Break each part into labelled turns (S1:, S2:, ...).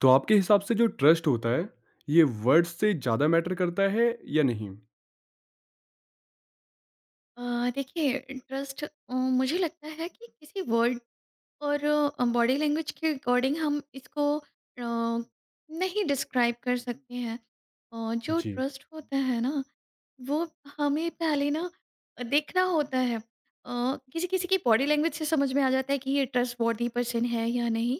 S1: तो आपके हिसाब से जो ट्रस्ट होता है, ये वर्ड्स से ज़्यादा मैटर करता है या नहीं?
S2: अ, देखिए, ट्रस्ट मुझे लगता है कि किसी वर्ड और बॉडी लैंग्वेज के अकॉर्डिंग हम इसको नहीं डिस्क्राइब कर सकते हैं। जो
S1: जी,
S2: ट्रस्ट होता है ना, वो हमें पहले ना देखना होता है। किसी किसी की बॉडी लैंग्वेज से समझ में आ जाता है कि ये ट्रस्ट वर्दी पर्सन है या नहीं।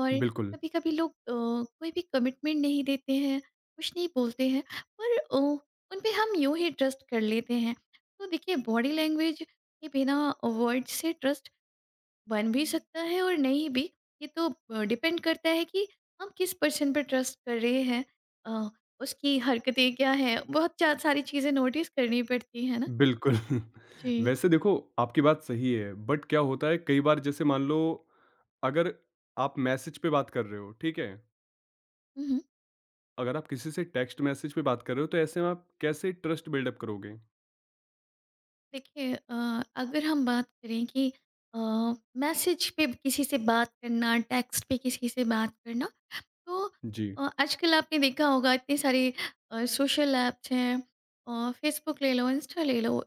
S2: और
S1: बिल्कुल,
S2: कभी कभी लोग कोई भी कमिटमेंट नहीं देते हैं, कुछ नहीं बोलते हैं। पर उन पे हम यूं ही ट्रस्ट कर लेते हैं। तो देखिए, बॉडी लैंग्वेज के बिना वर्ड से ट्रस्ट बन भी सकता है और नहीं भी। ये तो डिपेंड करता है कि हम किस पर्सन पर ट्रस्ट कर रहे हैं। अ, उसकी हरकतें क्या हैं, बहुत सारी चीज़ें नोटिस करनी पड़ती है ना।
S1: बिल्कुल।
S2: जी।
S1: वैसे देखो, आपकी बात सही है, बट क्या होता है कई बार जैसे मान लो अगर आप मैसेज पे बात कर रहे हो, ठीक है?
S2: हम्म।
S1: अगर आप किसी से टेक्स्ट मैसेज पे बात कर रहे हो, तो ऐसे में आप कैसे ट्रस्ट बिल्ड अप करोगे?
S2: देखिए, अगर हम बात करें कि मैसेज पे किसी से बात करना, टेक्स्ट पे किसी से बात करना, तो
S1: जी,
S2: आजकल आपने देखा होगा, इतने सारे सोशल ऐप्स हैं। और फेसबुक ले लो, इंस्टा ले लो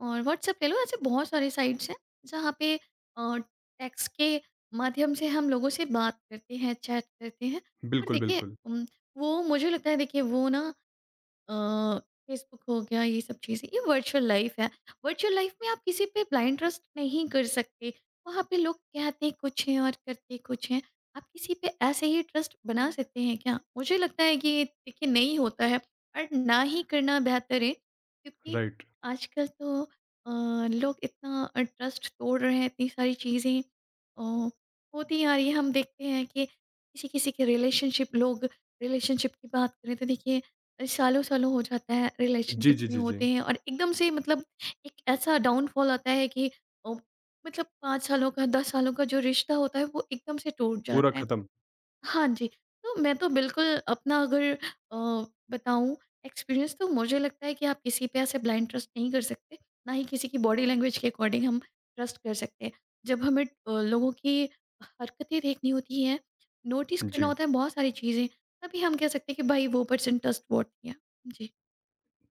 S2: और व्हाट्सएप ले लो, ऐसे बहुत सारे साइट्स हैं जहाँ पे टेक्स्ट के माध्यम से हम लोगों से बात करते हैं, चैट करते हैं। पर
S1: बिल्कुल,
S2: देखिए,
S1: बिल्कुल,
S2: वो मुझे लगता है, देखिए वो ना फेसबुक हो गया, ये सब चीज़ें, ये वर्चुअल लाइफ है। वर्चुअल लाइफ में आप किसी पे ब्लाइंड ट्रस्ट नहीं कर सकते। वहाँ पे लोग कहते कुछ हैं और करते कुछ हैं। आप किसी पे ऐसे ही ट्रस्ट बना सकते हैं क्या, मुझे लगता है कि ये देखिए नहीं होता है। और ना ही करना बेहतर है, क्योंकि
S1: राइट।
S2: आजकल तो लोग इतना ट्रस्ट तोड़ रहे हैं, इतनी सारी चीज़ें अ, होती आ रही है। हम देखते हैं कि किसी किसी के रिलेशनशिप, लोग रिलेशनशिप की बात करें तो देखिए, सालों-सालों हो जाता है,
S1: जी,
S2: रिलेशनशिप
S1: जी,
S2: में
S1: जी, जी,
S2: होते हैं और एकदम से मतलब एक ऐसा डाउनफॉल आता है कि अ, मतलब 5 सालों का, 10 सालों का जो रिश्ता होता है, वो एकदम से टूट
S1: पूरा
S2: जाता है।
S1: खत्म।
S2: हाँ जी, तो मैं तो बिल्कुल अपना अगर अ, बताऊँ एक्सपीरियंस, तो मुझे लगता है कि आप किसी पे ऐसे ब्लाइंड ट्रस्ट नहीं कर सकते, ना ही किसी की बॉडी लैंग्वेज के अकॉर्डिंग हम ट्रस्ट कर सकते हैं। जब हमें लोगों की हरकतें देखनी होती हैं, नोटिस करना
S1: जी।
S2: होता है बहुत सारी चीज़ें, तभी हम कह सकते हैं कि भाई वो पर्सन ट्रस्टवर्थी है। जी।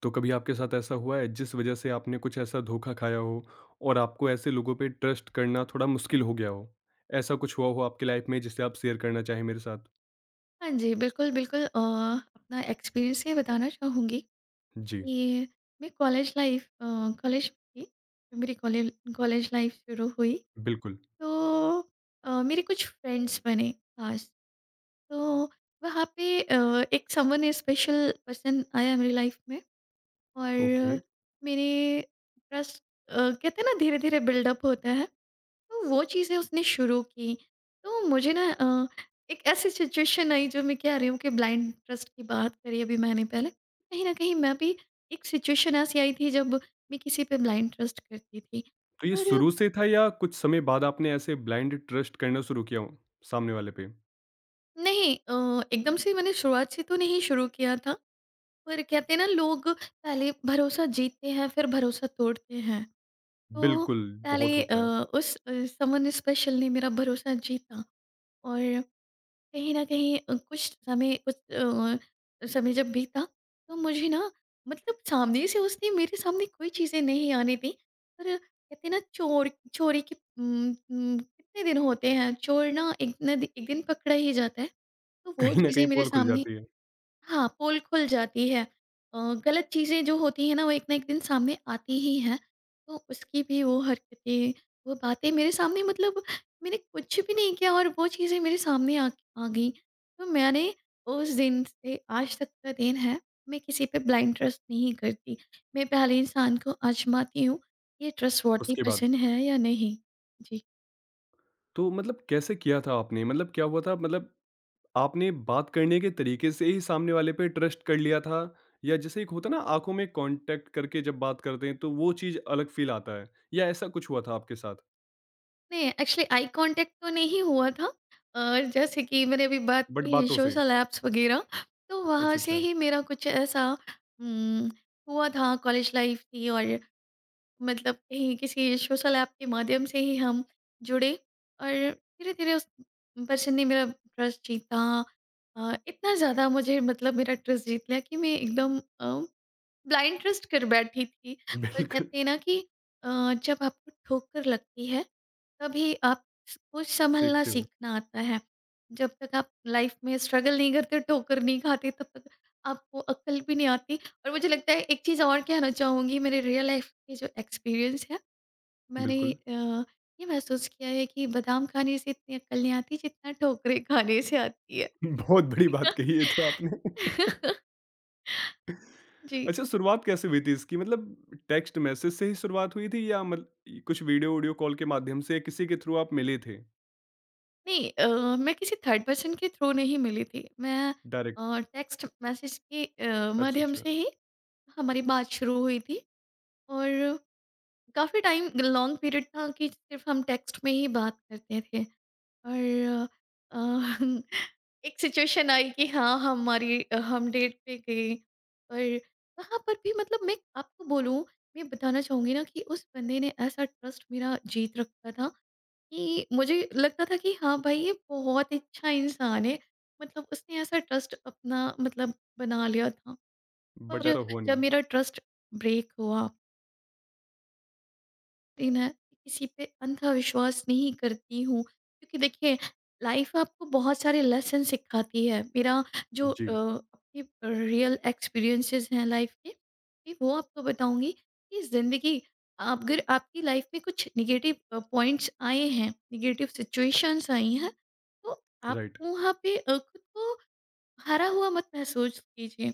S1: तो कभी आपके साथ ऐसा हुआ है जिस वजह से आपने कुछ ऐसा धोखा खाया हो और आपको ऐसे लोगों पे ट्रस्ट करना थोड़ा मुश्किल हो गया हो? ऐसा कुछ हुआ हो आपकी लाइफ में जिसे आप शेयर करना चाहें मेरे साथ?
S2: हाँ जी, बिल्कुल, बिल्कुल अपना एक्सपीरियंस ये बताना चाहूँगी
S1: जी,
S2: कि मैं कॉलेज लाइफ कॉलेज थी, मेरी कॉलेल कॉलेज लाइफ शुरू हुई।
S1: बिल्कुल।
S2: तो मेरे कुछ फ्रेंड्स बने खास, तो वहाँ पे एक समवन स्पेशल पर्सन आया मेरी लाइफ में।
S1: ओके,
S2: और मेरे ट्रस्ट, कहते हैं ना धीरे धीरे बिल्डअप होता है, तो वो चीज़ें उसने शुरू की। तो मुझे ना एक ऐसी सिचुएशन आई, जो मैं कह रही हूँ कि ब्लाइंड ट्रस्ट की बात करी अभी मैंने, पहले कहीं ना कहीं मैं भी एक सिचुएशन ऐसी आई थी जब मैं किसी पे ब्लाइंड ट्रस्ट करती थी।
S1: तो ये शुरू से था या कुछ समय बाद आपने ऐसे ब्लाइंड ट्रस्ट करना शुरू किया हो सामने वाले पे?
S2: नहीं एकदम से मैंने शुरुआत से तो नहीं शुरू किया था, पर कहते हैं ना लोग पहले भरोसा जीतते हैं फिर भरोसा तोड़ते हैं। तो
S1: बिल्कुल, बहुत
S2: पहले
S1: होता है।
S2: उस समन स्पेशल ने मेरा भरोसा जीता। और कहीं न कहीं कुछ समय, कुछ समय जब बीता, तो मुझे ना मतलब सामने से उसने मेरे सामने कोई चीज़ें नहीं आने दी। पर कहते हैं ना चोर चोरी की कितने दिन होते हैं, चोर ना एक दिन पकड़ा ही जाता है। तो वो
S1: कहीं न
S2: चीज़ें
S1: कहीं
S2: मेरे
S1: पोल खुल
S2: सामने,
S1: जाती है
S2: हाँ, पोल खुल जाती है। अ, गलत चीज़ें जो होती हैं ना, वो एक ना एक दिन सामने आती ही हैं। तो उसकी भी वो हरकतें, वो बातें मेरे सामने, मतलब मैंने कुछ भी नहीं किया और वो चीज़ें मेरे सामने आ आ गईं। तो मैंने, उस दिन से आज तक का दिन है, मैं किसी पे ब्लाइंड ट्रस्ट नहीं करती। मैं पहले इंसान को आज़माती हूँ, ये ट्रस्टवर्दी
S1: उसके बाद।
S2: पर्सन है या नहीं। जी।
S1: तो मतलब कैसे किया था आपने? मतलब क्या हुआ था मतलब आपने बात करने के तरीके से ही सामने वाले पे ट्रस्ट कर लिया था या जैसे एक होता है ना आंखों में कांटेक्ट करके जब बात करते हैं तो वो चीज अलग फील आता है या ऐसा कुछ हुआ था आपके साथ
S2: नहीं, एक्चुअली आई कॉन्टैक्ट तो नहीं हुआ था, और जैसे कि मैंने अभी बात
S1: बट
S2: की
S1: बातों से।
S2: सोशल एप्स वगैरह, तो वहाँ
S1: अच्छा
S2: से
S1: अच्छा।
S2: ही मेरा कुछ ऐसा उम, हुआ था। कॉलेज लाइफ थी और मतलब कहीं किसी सोशल ऐप के माध्यम से ही हम जुड़े, और धीरे-धीरे उस पर्सन ने मेरा ट्रस्ट जीता। इतना ज़्यादा मुझे, मतलब मेरा ट्रस्ट जीत लिया कि मैं एकदम ब्लाइंड ट्रस्ट कर बैठी थी। पर
S1: बिल्कुल।
S2: कहते हैं ना कि अ, जब आपको ठोकर लगती है, तभी आप को संभलना
S1: सीखते हो।
S2: सीखना आता है। जब तक आप लाइफ में स्ट्रगल नहीं करते, ठोकर नहीं खाते, तब तक आपको अक्ल भी नहीं आती। और मुझे लगता है एक चीज़ और कहना चाहूँगी, मेरे रियल लाइफ के जो एक्सपीरियंस है, मैंने
S1: बिल्कुल।
S2: ये महसूस किया है कि बादाम खाने से इतनी अक्ल नहीं आती जितना ठोकरें खाने से आती है।
S1: बहुत बड़ी बात कही है तो आपने।
S2: जी।
S1: अच्छा, शुरुआत कैसे हुई थी इसकी? मतलब टेक्स्ट मैसेज से ही शुरुआत हुई थी या मतलब कुछ वीडियो वीडियो कॉल के माध्यम से या किसी के थ्रू आप मिले थे?
S2: नहीं मैं किसी थर्ड पर्सन के थ्रू नहीं मिली थी। मैं
S1: डायरेक्ट।
S2: टेक्स्ट मैसेज के
S1: अच्छा
S2: माध्यम
S1: अच्छा।
S2: से ही हमारी बात शुरू हुई थी। और काफ़ी टाइम, लॉन्ग पीरियड था कि सिर्फ हम टेक्स्ट में ही बात करते थे। और अ, एक सिचुएशन आई कि हाँ, हमारी हम डेट पे गए। और वहाँ पर भी मतलब मैं आपको बोलूँ, मैं बताना चाहूँगी ना कि उस बंदे ने ऐसा ट्रस्ट मेरा जीत रखा था कि मुझे लगता था कि हाँ भाई ये बहुत अच्छा इंसान है। मतलब उसने ऐसा ट्रस्ट अपना मतलब बना लिया था। और
S1: बट ऐसा हुआ
S2: जब
S1: नहीं।
S2: मेरा ट्रस्ट ब्रेक हुआ, कि मैं किसी पे अंधा विश्वास नहीं करती हूँ, क्योंकि देखिए लाइफ आपको बहुत सारे लेसन सिखाती है। मेरा जो
S1: जी।
S2: अपने रियल एक्सपीरियंसेस हैं लाइफ के, कि वो आपको बताऊँगी कि ज़िंदगी, आप अगर आपकी लाइफ में कुछ नेगेटिव पॉइंट्स आए हैं, नेगेटिव सिचुएशंस आई हैं, तो आप
S1: राइट।
S2: वहाँ पे खुद को हारा हुआ मत महसूस कीजिए।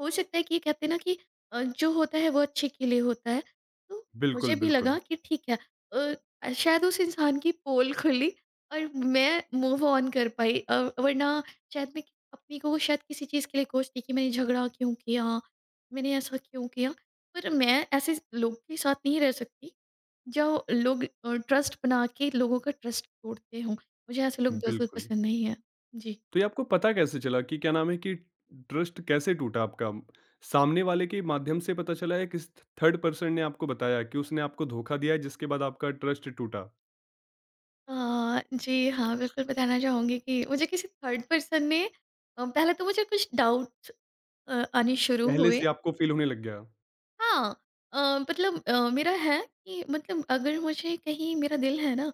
S2: हो सकता है कि ये कहते हैं ना कि जो होता है वो अच्छे के लिए होता है। तो मुझे
S1: बिल्कुल
S2: भी लगा
S1: बिल्कुल
S2: कि ठीक है, अ, शायद उस इंसान की पोल खुली, और मैं मूव ऑन कर पाई। वरना शायद मैं अपनी को शायद किसी चीज़ के लिए कोसती कि मैंने झगड़ा क्यों किया? मैंने ऐसा क्यों किया? पर मैं ऐसे लोग के साथ नहीं रह सकती जो लोग ट्रस्ट बना के लोगों का ट्रस्ट तोड़ते हों। मुझे ऐसे लोग बिल्कुल
S1: बिल्कुल
S2: पसंद नहीं हैं। जी।
S1: तो ये आपको पता कैसे चला कि क्या नाम है कि ट्रस्ट कैसे टूटा आपका? सामने वाले के माध्यम से पता चला या किस थर्ड पर्सन ने आपको बताया कि उसने आपको धोखा दिया है जिसके बाद आपका ट्रस्ट टूटा?
S2: जी हाँ, बिल्कुल बताना चाहूँगी कि मुझे किसी थर्ड पर्सन ने पहले तो मुझे कुछ डाउट्स आने शुरू
S1: पहले
S2: हुए।
S1: से आपको फ़ील होने लग गया?
S2: हाँ, मतलब मेरा है कि मतलब अगर मुझे कहीं मेरा दिल है ना,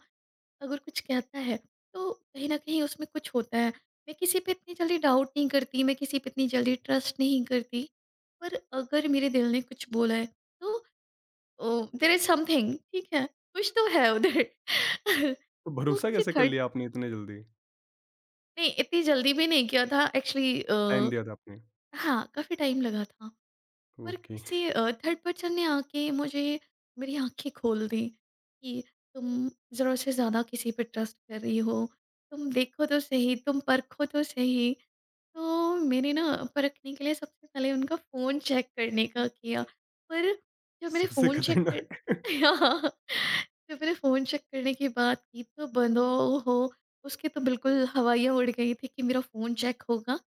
S2: अगर कुछ कहता है, तो कहीं न कहीं उसमें कुछ होता है। मैं किसी पे इतनी जल्दी डाउट नहीं करती, मैं किसी पे इतनी जल्दी ट्रस्ट नहीं करती। पर अगर मेरे दिल ने कुछ बोला है, तो अ, देयर इज़ समथिंग, ठीक है, कुछ तो है उधर।
S1: तो
S2: तो
S1: भरोसा
S2: किसी
S1: कैसे कर
S2: थर्ड,
S1: लिया आपने इतने जल्दी?
S2: नहीं, इतनी जल्दी भी नहीं किया था एक्चुअली
S1: टाइम दिया था आपने?
S2: हाँ, काफ़ी टाइम लगा था। और
S1: ओके।
S2: किसी थर्ड पर्सन ने आके मुझे मेरी आँखें खोल दी कि तुम ज़रूरत से ज़्यादा किसी पे ट्रस्ट कर रही हो, तुम देखो तो सही, तुम परखो तो सही। तो मैंने ना परखने के लिए सबसे पहले उनका फ़ोन चेक करने का किया, पर जब मैंने
S1: सबसे
S2: फ़ोन चेक कर
S1: खतरनाक।
S2: जब मैंने फ़ोन चेक करने की बात की तो बंदों हो, उसकी तो बिल्कुल हवाइयाँ उड़ गई थी कि मेरा फ़ोन चेक होगा।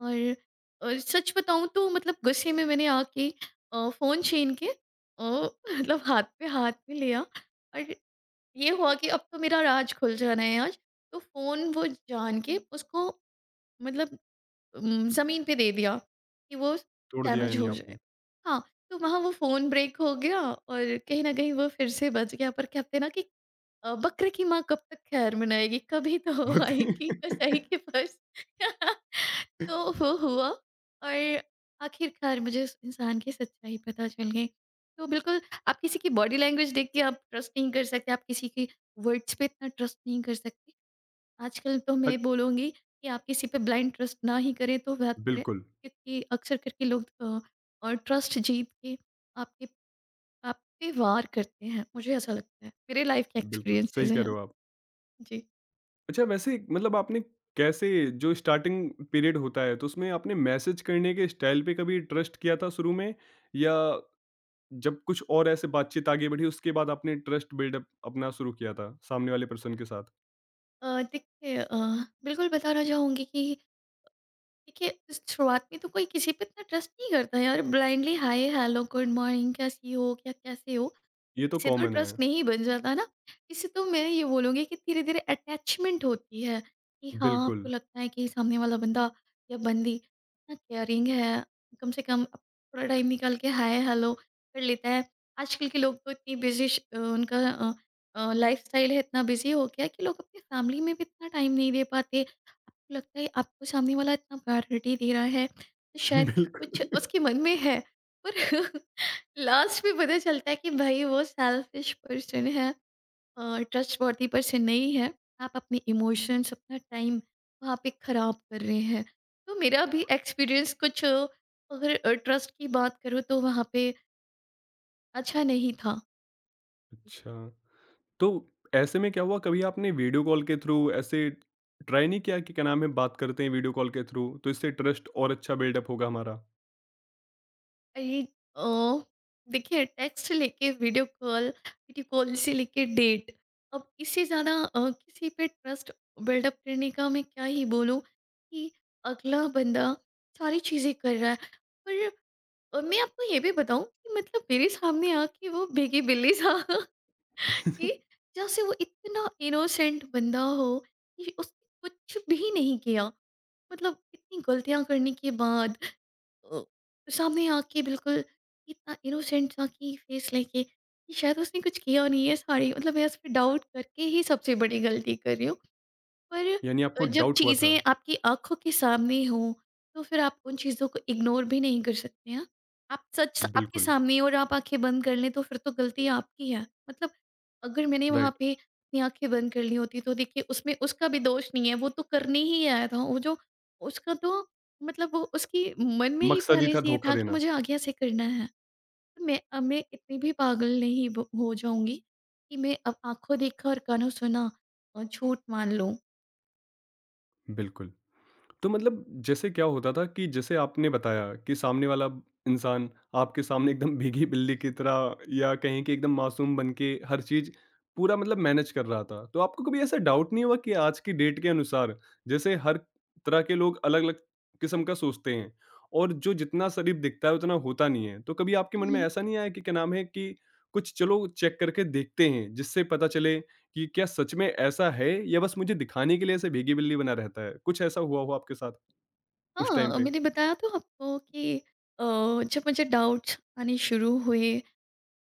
S2: और सच बताऊँ तो मतलब गुस्से में मैंने आके फ़ोन छीन के अ, मतलब हाथ पे, हाथ में लिया। और ये हुआ कि अब तो मेरा राज खुल जाना है आज। तो फ़ोन वो जान के उसको, मतलब ज़मीन पे दे दिया कि वो
S1: तोड़ दिया
S2: डैमेज
S1: यानी
S2: हो
S1: आपने।
S2: जाए। हाँ, तो वहाँ वो फ़ोन ब्रेक हो गया और कहीं न कहीं वो फिर से बच गया, पर कहते हैं ना कि बकरे की माँ कब तक खैर मनाएगी, कभी तो
S1: होती।
S2: आएगी कसाई के पास। तो वो हुआ और आखिरकार मुझे उस इंसान की सच्चाई पता चल गई। तो बिल्कुल, आप किसी की बॉडी लैंग्वेज देख के आप ट्रस्ट नहीं कर सकते, आप किसी के वर्ड्स पे इतना ट्रस्ट नहीं कर सकते। आजकल तो
S1: अ,
S2: मैं बोलूँगी कि आप किसी पे ब्लाइंड ट्रस्ट ना ही करें तो बेहतर है,
S1: बिल्कुल,
S2: क्योंकि अक्सर करके लोग और ट्रस्ट जीत के आपके, आप पे वार करते हैं, मुझे ऐसा लगता है। मेरे लाइफ के
S1: बिल्कुल
S2: एक्सपीरियंसेस
S1: सही कह रहे
S2: हैं।
S1: हो आप।
S2: जी।
S1: अच्छा वैसे मतलब आपने कैसे जो स्टार्टिंग पीरियड होता है तो उसमें आपने मैसेज करने के स्टाइल पे कभी ट्रस्ट किया था शुरू में या जब कुछ और ऐसे बातचीत आगे बढ़ी उसके बाद आपने ट्रस्ट बिल्डअप अपना शुरू किया था सामने वाले पर्सन के साथ?
S2: देखिए, बिल्कुल बताना चाहूँगी कि देखिए, शुरुआत में तो कोई किसी पे इतना ट्रस्ट नहीं करता है यार, blindly hi, hello, good morning, कैसी हो? क्या कैसे हो?
S1: ये तो
S2: इससे तो
S1: कॉमन है।
S2: ट्रस्ट नहीं बन जाता ना। इससे तो मैं ये बोलूँगी कि धीरे-धीरे अटैचमेंट होती है कि हाँ,
S1: बिल्कुल।
S2: आपको लगता है कि सामने वाला बंदा या बंदी इतना केयरिंग है, कम से कम थोड़ा टाइम निकाल के हाय हेलो कर लेता है। आजकल के लोग तो इतनी बिज़ी श अ, उनका अ अ, लाइफ़स्टाइल है, इतना बिज़ी हो गया है कि लोग अपनी फैमिली में भी इतना टाइम नहीं दे पाते। आपको लगता है आपको सामने वाला इतना प्रायोरिटी दे रहा है, तो शायद कुछ
S1: बिल्कुल।
S2: उसके मन में है। पर लास्ट में पता चलता है कि भाई वो सेल्फिश पर्सन है और ट्रस्टवर्थी पर्सन नहीं है। आप अपने इमोशंस, अपना टाइम वहाँ पे ख़राब कर रहे हैं। तो मेरा भी एक्सपीरियंस, कुछ अगर अ, अगर ट्रस्ट की बात करूँ तो वहाँ पे अच्छा नहीं था।
S1: अच्छा, तो ऐसे में क्या हुआ कभी आपने वीडियो कॉल के थ्रू ऐसे ट्राई नहीं किया कि क्या नाम है बात करते हैं वीडियो कॉल के थ्रू तो इससे ट्रस्ट और अच्छा बिल्डअप होगा हमारा?
S2: अरे ओ, देखिए टेक्स्ट लेके वीडियो कॉल, वीडियो कॉल से लेके डेट। अब इससे ज़्यादा किसी पे ट्रस्ट बिल्डअप करने का मैं क्या ही बोलूँ कि अगला बंदा सारी चीज़ें कर रहा है। पर मैं आपको ये भी बताऊँ कि मतलब मेरे सामने आके वो बेगी बिल्ली सा कि जैसे वो इतना इनोसेंट बंदा हो कि उसने कुछ भी नहीं किया, मतलब इतनी गलतियां करने के बाद अ, सामने आके बिल्कुल इतना इनोसेंट सा कि फेस लेके कि शायद उसने कुछ किया नहीं है, सॉरी मतलब मैं उस पे डाउट करके ही सबसे बड़ी गलती कर रही हूँ। पर
S1: यानी
S2: अ,
S1: आपको
S2: जब
S1: डाउट हुआ था।
S2: चीज़ें आपकी आँखों के सामने हों, तो फिर आप उन चीज़ों को इग्नोर भी नहीं कर सकते हैं। आप, सच आपके
S1: बिल्कुल।
S2: सामने है और आप आँखें बंद कर लें, तो फिर तो गलती आपकी है। मतलब अगर मैंने वहाँ पे अपनी आँखें बंद कर ली होती, तो देखिए उसमें उसका भी दोष नहीं है, वो तो करने ही आया था। वो जो उसका तो मतलब वो उसकी मन में ही
S1: मकसद ही
S2: पहले
S1: था
S2: से ये
S1: धोखा
S2: था कि
S1: देना।
S2: मुझे आगे ऐसे करना है। तो मैं इतनी भी पागल नहीं ब हो जाऊँगी कि मैं अब आँखों देखा और कानों सुना और झूठ मान लूँ।
S1: बिल्कुल, तो मतलब जैसे क्या होता था कि जैसे आपने बताया कि सामने वाला इंसान आपके सामने एकदम भीगी बिल्ली की तरह या कहें कि एकदम मासूम बन के हर चीज़ पूरा मतलब मैनेज कर रहा था। तो आपको कभी ऐसा डाउट नहीं हुआ कि आज की डेट के अनुसार जैसे हर तरह के लोग अलग-अलग किस्म का सोचते हैं और जो जितना शरीफ दिखता है उतना होता नहीं है। तो कभी आपके मन में ऐसा नहीं आया कि क्या नाम है कि कुछ चलो चेक करके देखते हैं जिससे पता चले कि क्या सच में ऐसा है या बस मुझे दिखाने के लिए ऐसे भीगी बिल्ली बना रहता है? कुछ ऐसा हुआ हो आपके साथ उस टाइम
S2: हाँ,
S1: पे?
S2: मैंने बताया तो आपको कि अ, जब मुझे डाउट्स आने शुरू हुए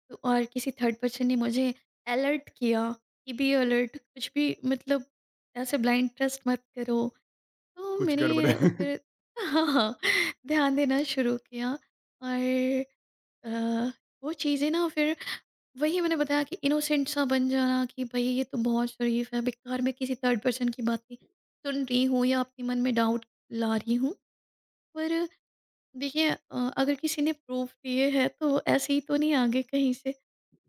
S2: तो और किसी थर्ड पर्सन ने मुझे अलर्ट किया कि बी अलर्ट, कुछ भी मतलब ऐसे ब्लाइंड ट्रस्ट मत करो। तो
S1: कुछ
S2: मैंने
S1: गड़बड़ है?
S2: फिर, हाँ, हाँ, ध्यान देना शुरू किया और अ, वो चीज़ें ना, फिर वही मैंने बताया कि इनोसेंट सा बन जाना कि भई ये तो बहुत शरीफ है, बेकार मैं किसी थर्ड पर्सन की बातें सुन रही हूँ या अपने मन में डाउट ला रही हूँ। पर देखिए, अगर किसी ने प्रूफ़ दिए हैं तो ऐसे ही तो नहीं आ गए कहीं से।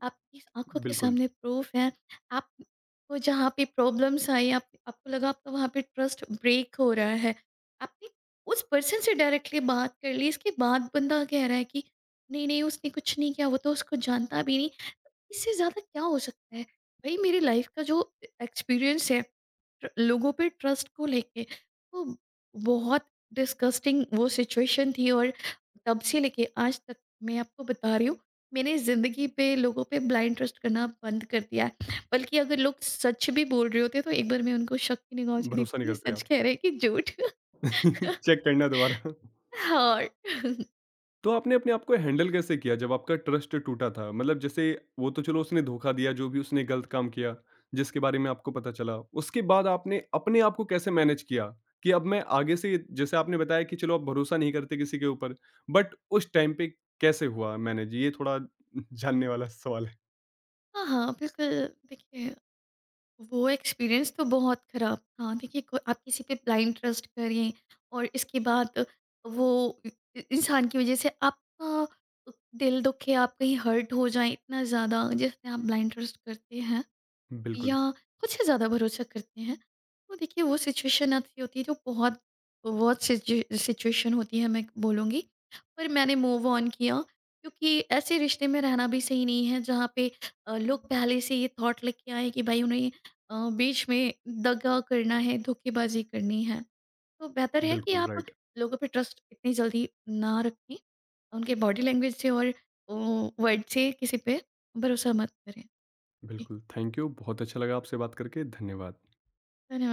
S2: आपकी आँखों के
S1: बिल्कुल,
S2: सामने प्रूफ़ है। आपको जहाँ पे प्रॉब्लम्स आई, आप, आपको लगा आपका वहाँ पे ट्रस्ट ब्रेक हो रहा है। आपने उस पर्सन से डायरेक्टली बात कर ली, इसके बाद बंदा कह रहा है कि नहीं, नहीं उसने कुछ नहीं किया, वो तो उसको जानता भी नहीं। इससे ज़्यादा क्या हो सकता है? भाई मेरी लाइफ का जो एक्सपीरियंस है ट्र लोगों पे ट्रस्ट को लेके, वो बहुत डिस्गस्टिंग, वो सिचुएशन थी। और तब से लेके आज तक मैं आपको बता रही हूँ, मैंने ज़िंदगी पे लोगों पे ब्लाइंड ट्रस्ट करना बंद कर दिया है। बल्कि अगर लोग सच भी बोल रहे होते हैं, तो एक बार मैं उनको शक की निगाहों से
S1: भरोसा
S2: देखती
S1: नहीं
S2: हूँ, ये
S1: करते
S2: सच
S1: आप।
S2: कह रहे हैं कि झूठ?
S1: चेक करना दोबारा।
S2: और
S1: तो आपने अपने आप को हैंडल कैसे किया जब आपका ट्रस्ट टूटा था? मतलब जैसे वो तो चलो उसने धोखा दिया, जो भी उसने गलत काम किया, जिसके बारे में आपको पता चला। उसके बाद आपने अपने आप को कैसे मैनेज किया कि अब मैं आगे से जैसे आपने बताया कि चलो आप भरोसा नहीं करते किसी के ऊपर, बट उस टाइम पे कैसे हुआ मैनेज? ये थोड़ा जानने वाला सवाल है।
S2: हाँ, हाँ, बिल्कुल। देखिए, वो एक्सपीरियंस तो बहुत ख़राब था। देखिए, को आप किसी पे ब्लाइंड ट्रस्ट करें और इसके बाद वो इ इ इंसान की वज़ह से आपका दिल दुखे, आप कहीं हर्ट हो जाएँ इतना ज़्यादा, जिस पे आप ब्लाइंड ट्रस्ट करते हैं।
S1: बिल्कुल,
S2: या खुद से ज़्यादा भरोसा करते हैं, तो देखिए वो सिचुएशन ऐसी होती है जो बहुत बहुत सिचुएशन होती है, मैं बोलूँगी। पर मैंने मूव ऑन किया क्योंकि ऐसे रिश्ते में रहना भी सही नहीं है जहाँ पे लोग पहले से ये थॉट लेके आएँ कि भाई उन्हें बीच में दगा करना है, धोखेबाज़ी करनी है। तो बेहतर है कि
S1: बिल्कुल,
S2: आप
S1: राइट।
S2: लोगों पे ट्रस्ट इतनी जल्दी ना रखें, उनके बॉडी लैंग्वेज से और ओ वर्ड से किसी पे भरोसा मत करें। जी,
S1: बिल्कुल, थैंक यू। बहुत अच्छा लगा आपसे बात करके, धन्यवाद।
S2: धन्यवाद।